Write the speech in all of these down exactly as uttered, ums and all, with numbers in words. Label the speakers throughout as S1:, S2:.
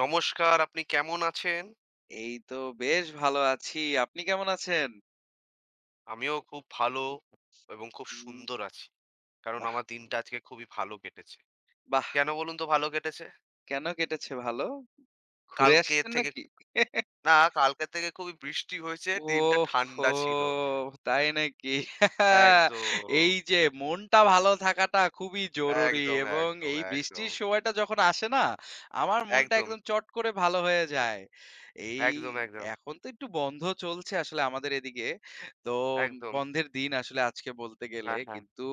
S1: নমস্কার, আপনি কেমন আছেন?
S2: এই তো বেশ ভালো আছি। আপনি কেমন আছেন?
S1: আমিও খুব ভালো এবং খুব
S2: হুম।
S1: সুন্দর আছি। কারণ
S2: বাহ!
S1: আমার দিনটা আজকে খুবই ভালো কেটেছে।
S2: বাহ!
S1: কেন বলুন তো ভালো কেটেছে?
S2: কেন কেটেছে ভালো? ঘুরে
S1: কালকে
S2: আসছেন
S1: থেকে
S2: নাকি?
S1: না কালকে থেকে খুবই বৃষ্টি হয়েছে, দিনটা ঠান্ডা
S2: ওহহো!
S1: ছিল।
S2: তাই নাকি?
S1: একদম,
S2: এই যে মনটা ভালো থাকাটা খুবই জরুরি
S1: একদম,
S2: এবং
S1: একদম,
S2: এই
S1: একদম,
S2: বৃষ্টির সময়টা যখন আসে না, আমার মনটা
S1: একদম,
S2: একদম চট করে ভালো হয়ে যায়। এই
S1: একদম, একদম,
S2: এখন তো একটু বন্ধ চলছে আসলে আমাদের এদিকে। তো
S1: একদম।
S2: বন্ধের দিন আসলে আজকে বলতে গেলে।
S1: হ্যাঁ, হ্যাঁ,
S2: কিন্তু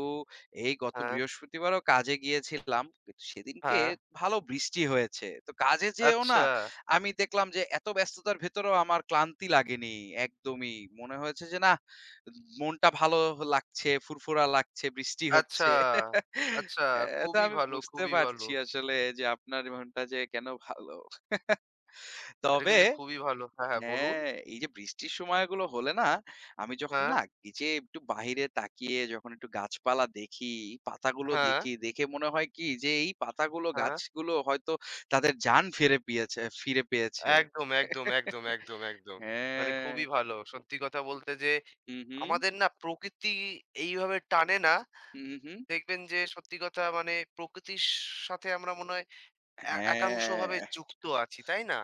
S2: এই গত
S1: হ্যাঁ,
S2: বৃহস্পতিবারও কাজে গিয়েছিলাম। কিন্তু সেদিনকে
S1: হ্যাঁ।
S2: ভালো বৃষ্টি হয়েছে। তো কাজে যেয়েও
S1: আচ্ছা,
S2: না আমি দেখলাম যে এত ব্যস্ততার ভেতরেও আমার ক্লান্তি লাগেনি একদমই। মনে হয়েছে যে নাহ, মনটা ভালো লাগছে, ফুরফুরা লাগছে, বৃষ্টি
S1: আচ্ছা,
S2: হচ্ছে।
S1: আচ্ছা।
S2: হ্যাঁ, তো
S1: খুবই
S2: আমি
S1: ভালো,
S2: বুঝতে
S1: খুবই ভালো।
S2: পারছি আসলে যে আপনার মনটা যে কেন ভালো।
S1: এটা
S2: তবে
S1: কিন্তু খুবই ভালো। হ্যাঁ, হ্যাঁ বলুন।
S2: হ্যাঁ, এই যে বৃষ্টির সময়গুলো হলে না, আমি যখন
S1: হ্যাঁ,
S2: না এই যে একটু বাহিরে তাকিয়ে যখন একটু গাছপালা দেখি, পাতাগুলো
S1: হ্যাঁ,
S2: দেখি, দেখে মনে হয় কি যে এই পাতাগুলো,
S1: হ্যাঁ।
S2: গাছগুলো হয়তো তাদের জান ফিরে পেয়েছে ফিরে পেয়েছে।
S1: একদম, একদম, একদম, একদম, একদম। মানে
S2: হ্যাঁ,
S1: খুবই ভালো। সত্যি কথা বলতে যে
S2: হু, হু,
S1: আমাদের না প্রকৃতি এইভাবে টানে না।
S2: হু, হু।
S1: দেখবেন যে সত্যি কথা মানে প্রকৃতির সাথে আমরা মনে হয় এ একাংশভাবে
S2: হ্যাঁ,
S1: যুক্ত আছি, তাই না?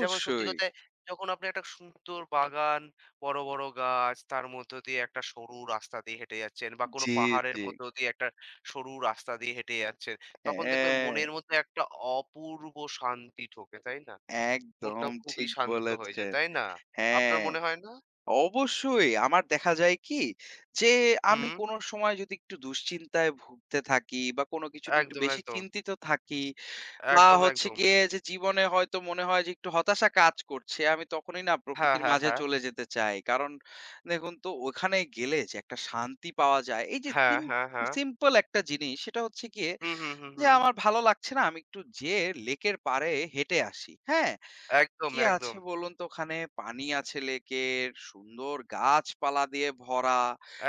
S1: যেমন সত্যি কথা যখন আপনি একটা সুন্দর বাগান, বড়, বড় গাছ, তার মধ্য দিয়ে একটা সরু রাস্তা দিয়ে হেঁটে যাচ্ছেন বা কোনো
S2: জি,
S1: পাহাড়ের
S2: জি।
S1: মধ্য দিয়ে একটা সরু রাস্তা দিয়ে হেঁটে যাচ্ছেন, তখন দেখবেন
S2: হ্যাঁ,
S1: মনের মধ্যে একটা অপূর্ব শান্তি ঢোকে, তাই না? মনটা
S2: একদম
S1: খুবই
S2: ঠিক
S1: শান্ত হয়ে যায়,
S2: বলেছেন।
S1: তাই না? আপনার
S2: হ্যাঁ,
S1: মনে হয় না?
S2: অবশ্যই আমার দেখা যায় কি যে আমি
S1: হুম,
S2: কোন সময় যদি একটু দুশ্চিন্তায় ভুগতে থাকি বা কোন কিছু নিয়ে একটু
S1: একদম,
S2: বেশি
S1: একদম,
S2: চিন্তিত থাকি বা
S1: একদম,
S2: হচ্ছে
S1: একদম।
S2: গিয়ে যে জীবনে হয়তো মনে হয় যে একটু হতাশা কাজ করছে, আমি তখনই না
S1: হ্যাঁ,
S2: প্রকৃতির
S1: হ্যাঁ,
S2: মাঝে
S1: হ্যাঁ।
S2: চলে যেতে চাই। কারণ দেখুন তো ওখানে গেলে যে একটা শান্তি পাওয়া যায়। এই যে
S1: হ্যাঁ,
S2: সিম
S1: হ্যাঁ, হ্যাঁ।
S2: সিম্পল একটা জিনিস সেটা হচ্ছে গিয়ে
S1: হুম, হুম, হুম,
S2: যে
S1: হুম।
S2: আমার ভালো লাগছে না আমি একটু যেয়ে লেকের পাড়ে হেঁটে আসি। হ্যাঁ?
S1: একদম,
S2: কি আছে
S1: একদম,
S2: বলুন তো ওখানে? পানি আছে লেকের, সুন্দর গাছপালা দিয়ে ভরা।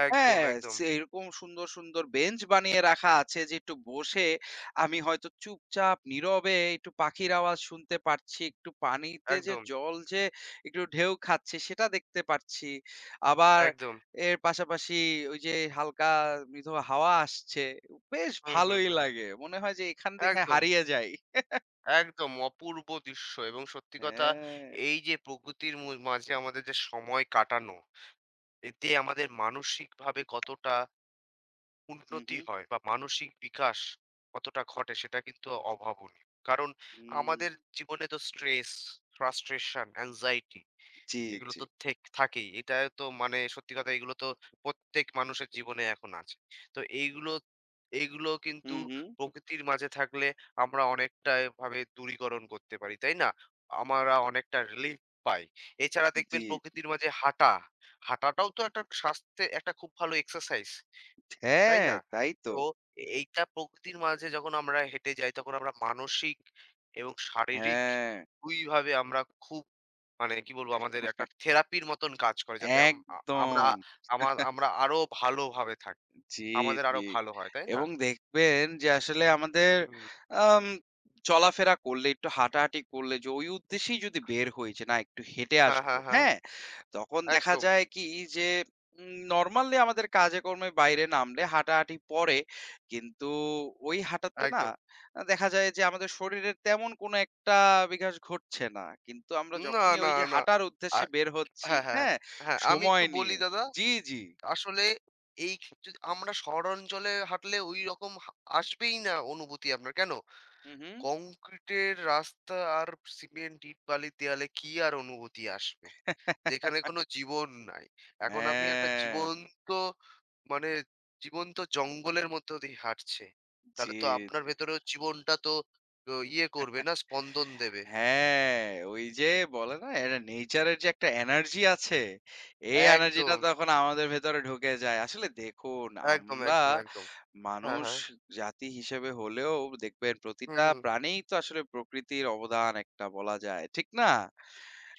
S1: একদম,
S2: হ্যাঁ,
S1: একদম,
S2: সে এরকম সুন্দর, সুন্দর বেঞ্চ বানিয়ে রাখা আছে যে একটু বসে আমি হয়তো চুপচাপ নীরবে একটু পাখির আওয়াজ শুনতে পারছি। একটু পানিতে যে
S1: একদম,
S2: জল যে একটু ঢেউ খাচ্ছে সেটা দেখতে পারছি। আবার
S1: একদম।
S2: এর পাশাপাশি ওই যে হালকা মৃদু হাওয়া আসছে। বেশ
S1: হুম, হুম,
S2: ভালোই
S1: হুম।
S2: লাগে। মনে হয় যে এখান থেকে
S1: একদম,
S2: হারিয়ে যাই।
S1: একদম অপূর্ব দৃশ্য এবং সত্যি কথা
S2: হ্যাঁ।
S1: এই যে প্রকৃতির মু মাঝে আমাদের যে সময় কাটানো, এতে আমাদের মানসিকভাবে কতটা
S2: হু,
S1: উন্নতি
S2: হু।
S1: হয় বা মানসিক বিকাশ কতটা ঘটে সেটা কিন্তু অভাবনীয়। কারণ
S2: হুম।
S1: আমাদের জীবনে তো স্ট্রেস, ফ্রাস্ট্রেশন, অ্যাংজাইটি
S2: জি,
S1: এগুলো
S2: জি।
S1: তো থেক থাকেই। এটা তো মানে সত্যি কথা এগুলো তো প্রত্যেক মানুষের জীবনে এখন আছে। তো এইগুলো, এইগুলো কিন্তু
S2: হুম, হুম।
S1: প্রকৃতির মাঝে থাকলে আমরা অনেকটা ভাবে দূরীকরণ করতে পারি, তাই না? আমরা অনেকটা রিলিফ পাই। এছাড়া দেখবেন
S2: জি। জি।
S1: প্রকৃতির মাঝে হাঁটা, হাঁটাটাও তো একটা স্বাস্থ্যে একটা খুব ভালো এক্সারসাইজ। তাই
S2: হ্যাঁ,
S1: না?
S2: তাই তো।
S1: তো এ এইটা প্রকৃতির মাঝে যখন আমরা হেঁটে যাই তখন আমরা মানসিক এবং শারীরিক
S2: হ্যাঁ,
S1: দুই ভাবে আমরা খুব মানে কি বলবো আমাদের একটা থেরাপির মতন কাজ করে। যাতে আম আ আমরা
S2: একদম।
S1: আমা আমরা আরো ভালোভাবে থাকি।
S2: জি,
S1: আমাদের
S2: জি।
S1: আরো ভালো হয়, তাই না?
S2: এবং দেখবেন যে আসলে আমাদের
S1: হুম।
S2: আম চলাফেরা করলে, একটু হাঁটাহাঁটি করলে যে ওই উদ্দেশ্যেই যদি বের হই যে না একটু হেঁটে
S1: হ্যাঁ,
S2: আসবো,
S1: হ্যাঁ, হ্যাঁ।
S2: হ্যাঁ? তখন দেখা
S1: একদম,
S2: যায় কি যে উম নরমালি আমাদের কাজে-কর্মে বাইরে নামলে হাঁটাহাঁটি পড়ে। কিন্তু ওই হাঁটাতে না
S1: একদম।
S2: আ দেখা যায় যে আমাদের শরীরের তেমন কোনো একটা বিকাশ ঘটছে না। কিন্তু আমরা
S1: না,
S2: যখনই
S1: না,
S2: ওই যে
S1: না।
S2: হাঁটার
S1: আ
S2: উদ্দেশ্যে বের হচ্ছি,
S1: হ্যাঁ, হ্যাঁ,
S2: হ্যাঁ?
S1: হ্যাঁ। আমি একটু
S2: সময়
S1: বলি
S2: নিয়ে
S1: দাদা।
S2: জি, জি।
S1: আসলে এই ক্ষেত্রে আমরা শহরাঞ্চলে হাঁটলে ঐরকম হা আসবেই না অনুভূতি আপনার। কেন?
S2: হু,
S1: কংক্রিটের রাস্তা আর সিমেন্ট ইট বালির দেয়ালে কি আর অনুভূতি আসবে?
S2: হু।
S1: যেখানে কোনো জীবন নাই। এখন আপনি একটা
S2: হ্যাঁ,
S1: জীবন্ত মানে জীবন্ত জঙ্গলের মধ্য দিয়ে হাঁটছে।
S2: জি।
S1: তাহলে তো আপনার ভেতরেও জীবনটা তো ও ইয়ে করবে না স্পন্দন দেবে।
S2: হ্যাঁ, ওই যে বলে না এটা নেচারের যে একটা এনার্জি আছে, এই এনার্জিটা
S1: একদম,
S2: তখন আমাদের ভেতরে ঢুকে যায়। আসলে দেখুন
S1: একদম,
S2: আমরা
S1: একদম, একদম। হ্যাঁ,
S2: মানুষ
S1: হ্যাঁ।
S2: জাতি হিসেবে হলেও দেখবেন
S1: হুম,
S2: প্রতিটা
S1: হুম।
S2: প্রাণেই তো আসলে প্রকৃতির অবদান একটা বলা যায়। ঠিক না?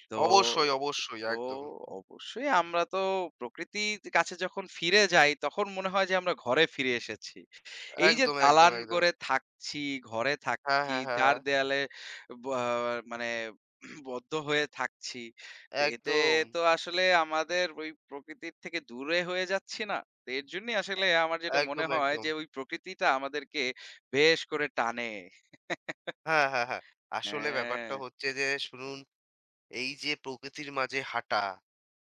S2: তো
S1: অবশ্যই, অবশ্যই।
S2: তো
S1: একদম।
S2: অবশ্যই আমরা তো প্রকৃতির কাছে যখন ফিরে যাই তখন মনে হয় যে আমরা ঘরে ফিরে এসেছি। এই যে
S1: একদম, একদম,
S2: দালান
S1: একদম।
S2: করে থাকছি, ঘরে
S1: হ্যাঁ,
S2: থাকছি,
S1: হ্যাঁ, হ্যাঁ,
S2: চার
S1: হ্যাঁ।
S2: দেয়ালে ব আহ মানে বদ্ধ হয়ে থাকছি। তো এতে
S1: একদম,
S2: তো আসলে আমাদের ওই প্রকৃতির থেকে দূরে হয়ে যাচ্ছি না? তো এর জন্যই আসলে আমার যেটা মনে
S1: একদম,
S2: হয়
S1: একদম।
S2: যে ওই প্রকৃতিটা আমাদেরকে বেশ করে টানে।
S1: হ্যাঁ, হ্যাঁ, হ্যাঁ। আসলে
S2: হ্যাঁ।
S1: ব্যাপারটা হচ্ছে যে শুনুন, এই যে প্রকৃতির মাঝে হাঁটা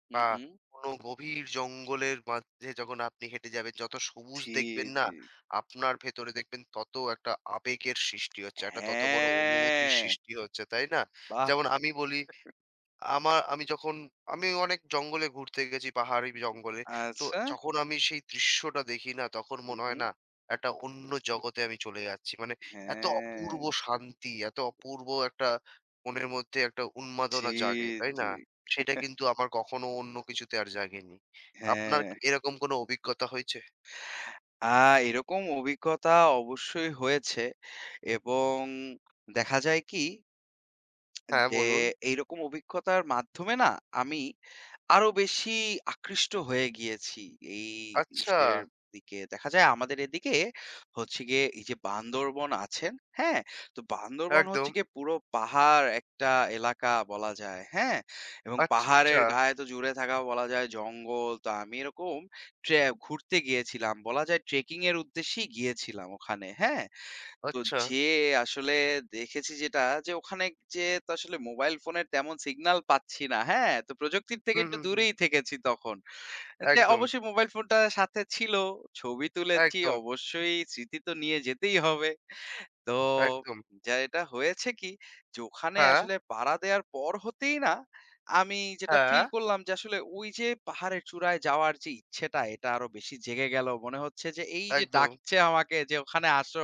S2: হু,
S1: বা
S2: হু।
S1: কোনো গভীর জঙ্গলের মাঝে যখন আপনি হেঁটে যাবেন, যত সবুজ
S2: জি,
S1: দেখবেন না,
S2: জি।
S1: আপনার ভেতরে দেখবেন তত একটা আবেগের সৃষ্টি হচ্ছে, একটা তত বড় অনুভূতির
S2: হ্যাঁ।
S1: সৃষ্টি হচ্ছে, তাই না?
S2: বাহ!
S1: যেমন আমি বলি আমার আমি যখন আমি অনেক জঙ্গলে ঘুরতে গেছি, পাহাড়ি জঙ্গলে। তো
S2: আচ্ছা।
S1: যখন আমি সেই দৃশ্যটা দেখি না, তখন
S2: হু,
S1: মনে হয়
S2: হু।
S1: না একটা অন্য জগতে আমি চলে যাচ্ছি। মানে এত
S2: হ্যাঁ।
S1: অপূর্ব শান্তি, এত অপূর্ব একটা মনের মধ্যে একটা
S2: জি,
S1: উন্মাদনা জাগে, তাই
S2: জি।
S1: না? সেটা কিন্তু আমার কখনো অন্য কিছুতে আর জাগেনি। আপনার
S2: হ্যাঁ।
S1: কি এরকম কোনো অভিজ্ঞতা হয়েছে?
S2: আ এরকম অভিজ্ঞতা অবশ্যই হয়েছে এবং দেখা যায় কি
S1: হ্যাঁ,
S2: যে
S1: বলুন।
S2: এইরকম অভিজ্ঞতার মাধ্যমে না আমি আরো বেশি আকৃষ্ট হয়ে গিয়েছি এই
S1: আচ্ছা,
S2: ইসের দিকে। দেখা যায় আমাদের এদিকে হচ্ছে গিয়ে এই যে বান্দরবন আছেন, হ্যাঁ? তো বান্দরবন হচ্ছে
S1: একদম।
S2: গিয়ে পুরো পাহাড় একটা এলাকা বলা যায়, হ্যাঁ? এবং
S1: আচ্ছা,
S2: পাহাড়ের গায়ে তো জুড়ে থাকা বলা যায় জঙ্গল। তো আমি এরকম ট্রে ঘুরতে গিয়েছিলাম। বলা যায় ট্রেকিং এর উদ্দেশ্যেই গিয়েছিলাম ওখানে, হ্যাঁ? তো
S1: আচ্ছা।
S2: যেয়ে আসলে দেখেছি যেটা যে ওখানে যেয়ে তো আসলে মোবাইল ফোনের তেমন সিগন্যাল পাচ্ছি না। হ্যাঁ? তো প্রযুক্তির থেকে
S1: হুম,
S2: একটু
S1: হুম, হুম।
S2: দূরেই থেকেছি তখন। যে
S1: একদম,
S2: অবশ্যই মোবাইল ফোনটা সাথে ছিল। ছবি তুলেছি
S1: একদম,
S2: অবশ্যই স্মৃতি তো নিয়ে যেতেই হবে। তো
S1: একদম।
S2: যা এটা হয়েছে কি? যে ওখানে
S1: হ্যাঁ,
S2: আসলে পাড়া দেওয়ার পর হতেই না, আমি যেটা
S1: হ্যাঁ,
S2: ফিল করলাম যে আসলে ওই যে পাহাড়ের চূড়ায় যাওয়ার যে ইচ্ছেটা এটা আরো বেশি জেগে গেল। মনে হচ্ছে যে এই যে
S1: একদম।
S2: ডাকছে আমাকে যে ওখানে আসো।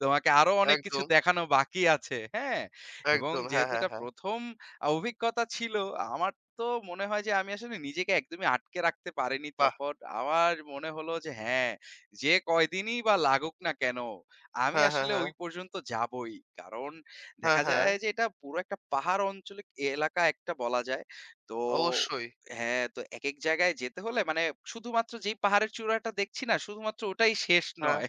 S2: তোমাকে আরো অনেক কিছু
S1: একদম,
S2: দেখানো বাকি আছে। হ্যাঁ? এবং
S1: একদম। হ্যাঁ,
S2: যেহেতু
S1: হ্যাঁ,
S2: এটা
S1: হ্যাঁ।
S2: প্রথম আ অভিজ্ঞতা ছিল আমার তো মনে হয় যে আমি আসলে নিজেকে একদমই আটকে রাখতে পারিনি
S1: বাহ!
S2: তখন। আমার মনে হলো যে হ্যাঁ, যে কয়দিনই বা লাগুক না কেন আমি
S1: হ্যাঁ, হ্যাঁ,
S2: আসলে
S1: হ্যাঁ।
S2: ওই পর্যন্ত যাবোই। কারণ
S1: হ্যাঁ,
S2: দেখা
S1: হ্যাঁ।
S2: যায় যে এটা পুরো একটা পাহাড় অঞ্চলে এলাকা একটা বলা যায়। তো
S1: অবশ্যই।
S2: হ্যাঁ, তো একেক জায়গায় যেতে হলে মানে শুধুমাত্র যেই পাহাড়ের চূড়াটা দেখছি না, শুধুমাত্র ওটাই শেষ
S1: হ্যাঁ।
S2: নয়।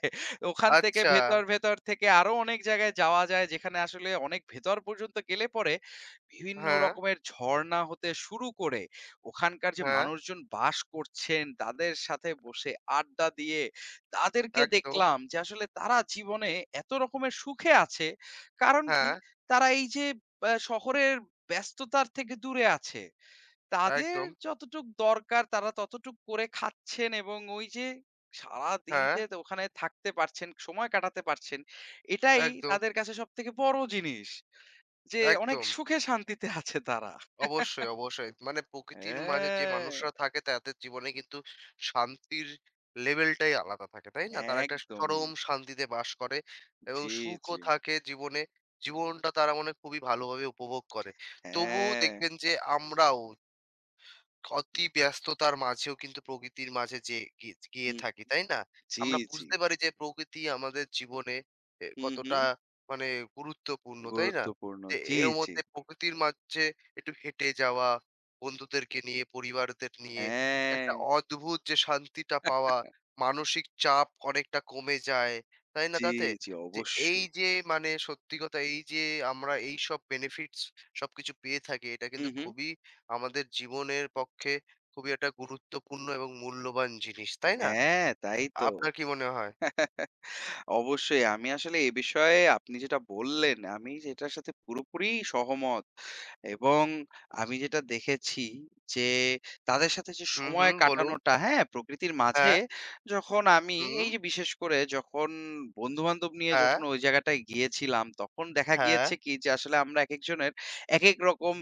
S2: ওখান থেকে
S1: আচ্ছা।
S2: ভেতর, ভেতর থেকে আরো অনেক জায়গায় যাওয়া যায় যেখানে আসলে অনেক ভেতর পর্যন্ত গেলে পরে বিভিন্ন
S1: হ্যাঁ,
S2: রকমের ঝর্ণা হতে শুরু করে ওখানকার যে
S1: হ্যাঁ।
S2: মানুষজন বাস করছেন, তাদের সাথে বসে আড্ডা দিয়ে তাদেরকে
S1: একদম।
S2: দেখলাম যে আসলে তারা জীবনে এত রকমের সুখে আছে। কারণ কি?
S1: হ্যাঁ,
S2: তারা এই যে আ শহরের ব্যস্ততার থেকে দূরে আছে। তাদের
S1: একদম।
S2: যতটুক দরকার তারা ততটুক করে খাচ্ছেন এবং ওই যে সারাদিন
S1: হ্যাঁ,
S2: যে ওখানে থাকতে পারছেন, সময় কাটাতে পারছেন। এটাই
S1: একদম,
S2: তাদের কাছে সবথেকে বড় জিনিস। যে অনেক
S1: একদম।
S2: সুখে শান্তিতে আছে তারা।
S1: অবশ্যই, অবশ্যই। মানে প্রকৃতির মাঝে যে
S2: হ্যাঁ,
S1: মানুষরা থাকে তাদের জীবনে কিন্তু শান্তির লেভেলটাই আলাদা থাকে, তাই না? তারা একটা
S2: একদমই।
S1: চরম শান্তিতে বাস করে এবং
S2: জি,
S1: সুখও
S2: জি।
S1: থাকে জীবনে। জীবনটা তারা মনে হয় খুবই ভালোভাবে উপভোগ করে। তবুও
S2: হ্যাঁ।
S1: দেখবেন যে আমরাও অতি ব্যস্ততার মাঝেও কিন্তু প্রকৃতির মাঝে যে গি- গিয়ে
S2: হুম,
S1: থাকি তাই না
S2: জি,
S1: আমরা
S2: জি।
S1: বুঝতে পারি যে প্রকৃতি আমাদের জীবনে এ,
S2: হু, হু।
S1: কতটা মানে গুরুত্বপূর্ণ তাই না
S2: গুরুত্বপূর্ণ।
S1: যে
S2: জি,
S1: এর
S2: জি।
S1: মধ্যে প্রকৃতির মাঝে একটু হেঁটে যাওয়া বন্ধুদেরকে নিয়ে পরিবারদের নিয়ে একটা
S2: হ্যাঁ।
S1: অদ্ভুত যে শান্তিটা পাওয়া মানসিক চাপ অনেকটা কমে যায় তাই না
S2: জি,
S1: তাতে
S2: জি
S1: যে এই
S2: অবশ্যই।
S1: যে মানে সত্যি কথা এই যে আমরা এই সব বেনিফিটস সবকিছু পেয়ে থাকি এটা
S2: হু,
S1: কিন্তু
S2: হু।
S1: খুবই আমাদের জীবনের পক্ষে খুবই একটা গুরুত্বপূর্ণ এবং মূল্যবান জিনিস, তাই না?
S2: হ্যাঁ, তাই তো।
S1: আপনার কি মনে হয়?
S2: অবশ্যই। আমি আসলে এ বিষয়ে আপনি যেটা বললেন, আমি এটার সাথে পুরোপুরি সহমত। এবং আমি যেটা দেখেছি যে, তাদের সাথে যে
S1: হুম,
S2: সময়
S1: হুম, বলুন।
S2: কাটানোটা, হ্যাঁ? প্রকৃতির মাঝে
S1: হ্যাঁ,
S2: যখন আমি
S1: হুম,
S2: এই যে বিশেষ করে যখন বন্ধু-বান্ধব নিয়ে
S1: হ্যাঁ,
S2: যখন ওই জায়গাটায় গিয়েছিলাম, তখন দেখা
S1: হ্যাঁ।
S2: গিয়েছে কি যে আসলে আমরা একেকজনের একেক রকম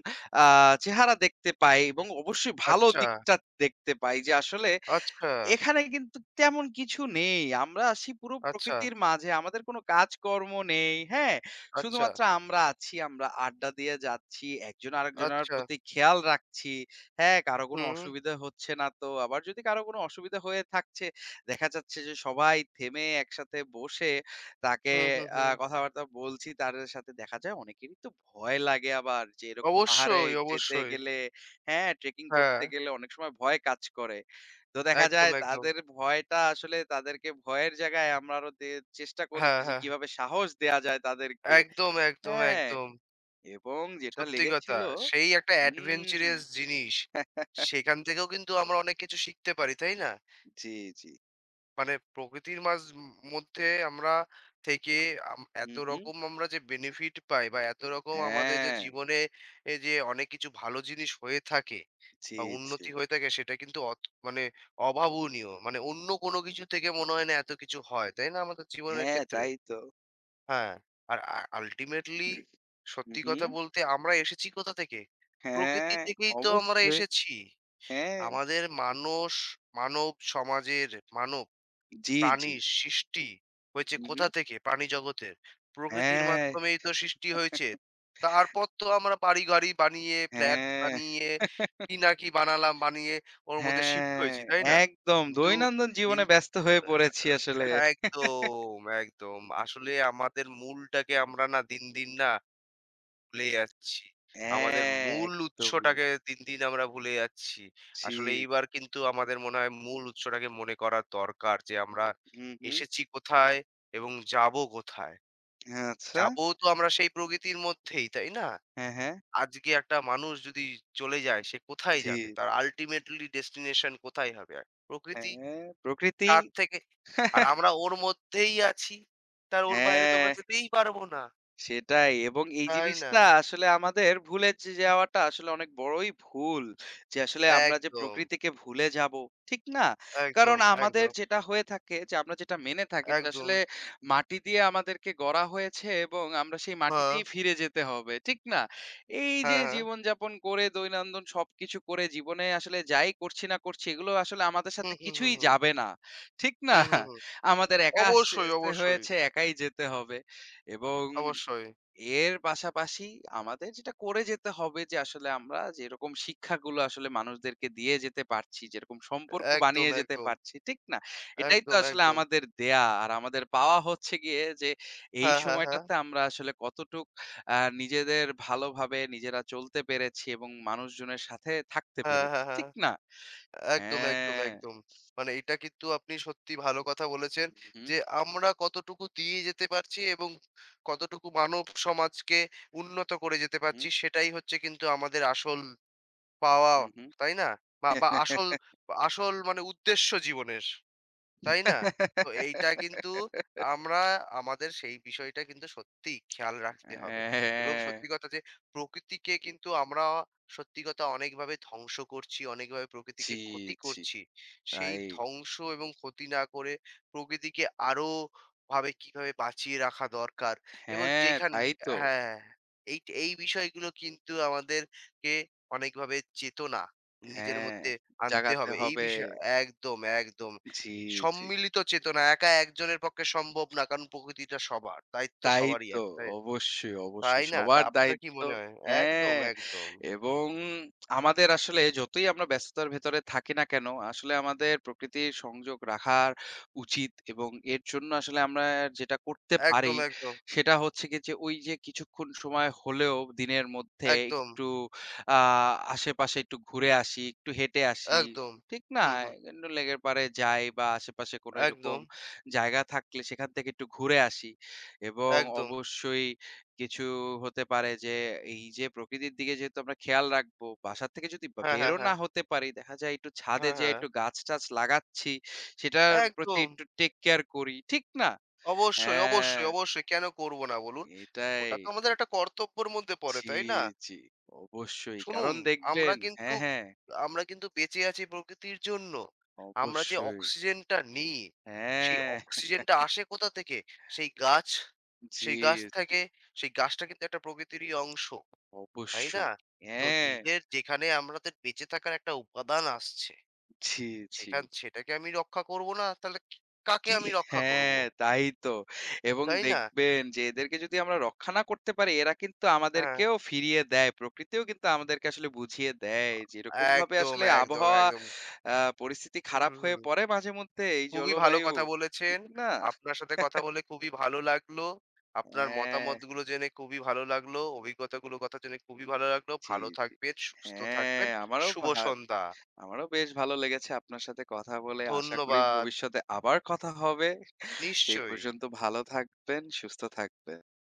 S2: আ চেহারা দেখতে পাই এবং অবশ্যই ভালো
S1: আচ্ছা,
S2: দিকটা দেখতে পাই যে আসলে
S1: আচ্ছা,
S2: এখানে কিন্তু তেমন কিছু নেই। আমরা আছি পুরো
S1: আচ্ছা,
S2: প্রকৃতির মাঝে। আমাদের কোনো কাজকর্ম নেই, হ্যাঁ?
S1: আচ্ছা,
S2: শুধুমাত্র আমরা আছি, আমরা আড্ডা দিয়ে যাচ্ছি। একজন আরেকজনের
S1: আচ্ছা।
S2: প্রতি খেয়াল রাখছি, হ্যাঁ? কারো কোনো
S1: হুম,
S2: অসুবিধা হচ্ছে না তো। আবার যদি কারো কোনো অসুবিধা হয়ে থাকছে, দেখা যাচ্ছে যে সবাই থেমে একসাথে বসে তাকে
S1: হুম, হুম,
S2: আ
S1: হুম।
S2: কথাবার্তা বলছি তাদের সাথে। দেখা যায় অনেকেরই তো ভয় লাগে আবার যে এরকম পাহাড়ে
S1: অবশ্যই,
S2: যেতে
S1: অবশ্যই।
S2: গেলে, হ্যাঁ? ট্রেকিং
S1: হ্যাঁ,
S2: করতে গেলে অনেক সময় ভয় কাজ করে। তো দেখা
S1: একদম,
S2: যায়
S1: একদম।
S2: তাদের ভয়টা আসলে তাদেরকে ভয়ের জায়গায় আমরা আরো দে চেষ্টা
S1: হ্যাঁ,
S2: করেছি যে
S1: হ্যাঁ।
S2: কিভাবে সাহস দেয়া যায় তাদেরকে।
S1: একদম, একদম,
S2: হ্যাঁ,
S1: একদম।
S2: এবং যেটা
S1: সত্যি কথা।
S2: লেগেছিল
S1: সেই একটা
S2: হুম।
S1: অ্যাডভেঞ্চারাস জিনিস। সেখান থেকেও কিন্তু আমরা অনেক কিছু শিখতে পারি, তাই না?
S2: জি, জি।
S1: মানে প্রকৃতির মাঝ মধ্যে আমরা থেকে আম এত
S2: হুম, হুম।
S1: রকম আমরা যে বেনিফিট পাই বা এত রকম আমাদের যে
S2: হ্যাঁ,
S1: জীবনে এ যে অনেক কিছু ভালো জিনিস হয়ে থাকে
S2: জি,
S1: বা
S2: জি।
S1: উন্নতি হয়ে থাকে সেটা কিন্তু অত মানে অভাবনীয়। মানে অন্য কোনো কিছু থেকে মনে হয় না এত কিছু হয়। তাই না আমাদের জীবনের
S2: হ্যাঁ,
S1: ক্ষেত্রে?
S2: তাই তো।
S1: হ্যাঁ। আর আ আল্টিমেটলি
S2: হুম,
S1: সত্যি কথা
S2: হুম।
S1: বলতে আমরা এসেছি কোথা থেকে? প্রকৃতি
S2: হ্যাঁ,
S1: থেকেই তো আমরা
S2: অবশ্যই।
S1: এসেছি।
S2: হ্যাঁ।
S1: আমাদের মানস মানব সমাজের মানব
S2: জি, জি।
S1: প্রাণীর সৃষ্টি হয়েছে
S2: হুম,
S1: কোথা
S2: হুম।
S1: থেকে? প্রাণী জগতের। প্রকৃতির
S2: হ্যাঁ,
S1: মাধ্যমেই তো সৃষ্টি হয়েছে। তারপর তো আমরা বাড়ি-গাড়ি বানিয়ে, ফ্ল্যাট
S2: হ্যাঁ।
S1: বানিয়ে, কি না কি বানালাম, বানিয়ে ওর মধ্যে শিফট
S2: হ্যাঁ,
S1: হয়েছি, তাই না?
S2: একদম
S1: কিন্তু
S2: দৈনন্দিন
S1: কিন
S2: জীবনে ব্যস্ত হয়ে পড়েছি আসলে।
S1: আ একদম, একদম। আসলে আমাদের মূলটাকে আমরা না দিন, দিন না ভুলে যাচ্ছি। আমাদের
S2: হ্যাঁ,
S1: মূল
S2: একদমই।
S1: উৎসটাকে দিন, দিন আমরা ভুলে যাচ্ছি।
S2: জি,
S1: আসলে এইবার কিন্তু আমাদের মনে হয় মূল উৎসটাকে মনে করা দরকার যে আমরা
S2: হুম, হুম।
S1: এসেছি কোথায় এবং যাবো কোথায়?
S2: হ্যাঁ, আচ্ছা।
S1: যাবো তো আমরা সেই প্রকৃতির মধ্যেই, তাই না?
S2: হ্যাঁ, হ্যাঁ।
S1: আজকে একটা মানুষ যদি চলে যায় সে কোথায়
S2: জি,
S1: যাবে? তার ultimately destination কোথায় হবে? আর প্রকৃতি
S2: হ্যাঁ, প্রকৃতি।
S1: তার থেকে আর আমরা ওর মধ্যেই আছি। তার ওর বাইরে তো আমরা
S2: হ্যাঁ।
S1: যেতেই পারবো না।
S2: সেটাই এবং এই
S1: তাই না?
S2: জিনিসটা আসলে আমাদের ভুলে যে যাওয়াটা আসলে অনেক বড়ই ভুল। যে আসলে আমরা যে
S1: একদম,
S2: প্রকৃতিকে ভুলে যাবো, ঠিক না?
S1: একদম,
S2: কারণ আমাদের
S1: একদম।
S2: যেটা হয়ে থাকে যে আমরা যেটা মেনে থাকি যে
S1: একদম।
S2: আসলে মাটি দিয়ে আমাদেরকে গড়া হয়েছে এবং আমরা সেই
S1: হ্যাঁ,
S2: মাটিতেই ফিরে যেতে হবে, ঠিক না? এই যে
S1: হ্যাঁ, হ্যাঁ।
S2: জীবনযাপন করে দৈনন্দিন সবকিছু করে জীবনে আসলে যাই করছি না করছি এগুলো আসলে আমাদের সাথে
S1: হুম, হুম, হুম,
S2: কিছুই
S1: হুম।
S2: যাবে না, ঠিক না?
S1: হুম, হুম, হুম।
S2: আমাদের একা
S1: অবশ্যই,
S2: আসতে
S1: অবশ্যই,
S2: হয়েছে, একাই যেতে হবে এবং
S1: অবশ্যই।
S2: এর পাশাপাশি আমাদের যেটা করে যেতে হবে যে আসলে আমরা যেরকম শিক্ষাগুলো আসলে মানুষদেরকে দিয়ে যেতে পারছি, যেরকম সম্পর্ক
S1: একদম,
S2: বানিয়ে যেতে
S1: একদম,
S2: পারছি, ঠিক না? এটাই তো
S1: একদম,
S2: আসলে
S1: একদম।
S2: আমাদের দেয়া। আর আমাদের পাওয়া হচ্ছে গিয়ে যে এই
S1: হ্যাঁ, হ্যাঁ, হ্যাঁ।
S2: সময়টাতে আমরা আসলে কতটুক আ নিজেদের ভালোভাবে নিজেরা চলতে পেরেছি এবং মানুষজনের সাথে থাকতে
S1: হ্যাঁ,
S2: পেরেছি,
S1: হ্যাঁ, হ্যাঁ।
S2: ঠিক না?
S1: একদম, একদম,
S2: হ্যাঁ।
S1: একদম। মানে এটা কিন্তু আপনি সত্যি ভালো কথা বলেছেন
S2: হু, হু,
S1: যে আমরা কতটুকু দিয়ে যেতে পারছি এবং কতটুকু মানব সমাজকে উন্নত করে যেতে পারছি সেটাই হচ্ছে কিন্তু আমাদের আসল পাওয়া,
S2: হু, হু।
S1: তাই না? বা বা আসল আসল মানে উদ্দেশ্য জীবনের। তাই না? তো এইটা কিন্তু আমরা আমাদের সেই বিষয়টা কিন্তু সত্যিই খেয়াল রাখতে হবে। এবং
S2: হ্যাঁ,
S1: সত্যি কথা যে প্রকৃতিকে কিন্তু আমরা সত্যি কথা অনেকভাবে ধ্বংস করছি, অনেকভাবে
S2: জি,
S1: প্রকৃতিকে ক্ষতি
S2: জি।
S1: করছি। সেই
S2: তাই।
S1: ধ্বংস এবং ক্ষতি না করে প্রকৃতিকে আরো ভাবে কিভাবে বাঁচিয়ে রাখা দরকার এবং
S2: হ্যাঁ,
S1: যেখান
S2: তাই তো।
S1: হ্যাঁ, এই এই বিষয়গুলো কিন্তু আমাদেরকে অনেকভাবে চেতনা নিজের
S2: হ্যাঁ,
S1: মধ্যে আনতে
S2: জাগাতে
S1: হবে। এই
S2: হবে।
S1: বিষয় একদম, একদম।
S2: জি, জি।
S1: সম্মিলিত চেতনা একা একজনের পক্ষে সম্ভব না কারণ প্রকৃতিটা সবার দায়িত্ব
S2: তাই
S1: সবারই
S2: তো।
S1: আছে তাই
S2: অবশ্যই, অবশ্যই।
S1: তাই না তা
S2: সবার
S1: আপনার কি
S2: দায়িত্ব
S1: মনে হয় একদম
S2: হ্যাঁ,
S1: একদম
S2: এবং আমাদের আসলে যতই আমরা ব্যস্ততার ভেতরে থাকি না কেন, আসলে আমাদের প্রকৃতির সংযোগ রাখার উচিত এবং এর জন্য আসলে আমরা যেটা করতে
S1: একদম
S2: পারি,
S1: একদম
S2: সেটা হচ্ছে গিয়ে যে ওই যে কিছুক্ষণ সময় হলেও দিনের মধ্যে
S1: একদম
S2: একটু আ আশেপাশে একটু ঘুরে আসি, একটু হেঁটে আসি।
S1: একদম
S2: ঠিক না?
S1: হুম হুম
S2: লেকের পাড়ে যাই বা আশেপাশে কোনো এরকম
S1: একদম
S2: জায়গা থাকলে সেখান থেকে একটু ঘুরে আসি। এবং
S1: একদম
S2: অবশ্যই কিছু হতে পারে যে এই যে প্রকৃতির দিকে যেহেতু আমরা খেয়াল রাখবো, বাসা থেকে যদি বা
S1: হ্যাঁ হ্যাঁ
S2: বেরো
S1: হ্যাঁ
S2: না হতে পারি, দেখা যায় একটু ছাদে
S1: হ্যাঁ
S2: যেয়ে
S1: হ্যাঁ
S2: একটু গাছ-টাছ লাগাচ্ছি, সেটার প্রতি
S1: একদম
S2: একটু টেক কেয়ার করি। ঠিক না?
S1: অবশ্যই
S2: হ্যাঁ,
S1: অবশ্যই অবশ্যই কেন করব না বলুন
S2: এটাই।
S1: ওটা তো আমাদের একটা কর্তব্যের মধ্যে পড়ে
S2: জি,
S1: তাই না
S2: জি। অবশ্যই।
S1: শুনুন,
S2: কারণ
S1: আমরা
S2: দেখবেন
S1: কিন্তু
S2: হ্যাঁ, হ্যাঁ।
S1: আমরা কিন্তু বেঁচে আছি প্রকৃতির জন্য। আমরা যে
S2: অবশ্যই।
S1: অক্সিজেনটা নিই, সেই
S2: হ্যাঁ।
S1: অক্সিজেনটা আসে কোথা থেকে? সেই গাছ,
S2: জি,
S1: সেই গাছ
S2: জি।
S1: থেকে সেই গাছটা কিন্তু একটা প্রকৃতিরই অংশ, তাই না?
S2: অবশ্যই।
S1: তো
S2: হ্যাঁ।
S1: নিজের যেখানে আমাদের বেঁচে থাকার একটা উপাদান আসছে,
S2: জি, জি।
S1: সেখান সেটাকে আমি রক্ষা করব না, তাহলে ক কাকে
S2: কি
S1: আমি রক্ষা করব?
S2: হ্যাঁ, তাই তো। এবং
S1: তাই না?
S2: দেখবেন যে এদেরকে যদি আমরা রক্ষা না করতে পারি, এরা কিন্তু
S1: হ্যাঁ,
S2: আমাদেরকেও ফিরিয়ে দেয়। প্রকৃতিও কিন্তু আমাদেরকে আসলে বুঝিয়ে দেয়। যেরকমভাবে
S1: একদম,
S2: আসলে
S1: একদম,
S2: আবহাওয়া
S1: একদম।
S2: আ পরিস্থিতি
S1: হুম,
S2: খারাপ
S1: হুম,
S2: হয়ে পড়ে
S1: হুম।
S2: মাঝেমধ্যে এই
S1: খুবই ভালো
S2: জলবায়ু,
S1: কথা বলেছেন।
S2: ঠিক না?
S1: আপনার সাথে কথা বলে খুবই ভালো লাগলো। আপনার
S2: হ্যাঁ,
S1: মতামতগুলো জেনে খুবই ভালো লাগলো। অভিজ্ঞতাগুলোর কথা জেনে খুবই ভালো লাগলো।
S2: জি,
S1: ভালো
S2: জি।
S1: থাকবেন, সুস্থ থাকবেন।
S2: হ্যাঁ, আমারও
S1: শুভ
S2: ভা
S1: সন্ধ্যা।
S2: আমারও বেশ ভালো লেগেছে আপনার সাথে কথা বলে। আশা করি
S1: ধন্যবাদ।
S2: ভবিষ্যতে আবার কথা হবে। সেই
S1: নিশ্চয়ই।
S2: পর্যন্ত ভালো থাকবেন, সুস্থ থাকবেন।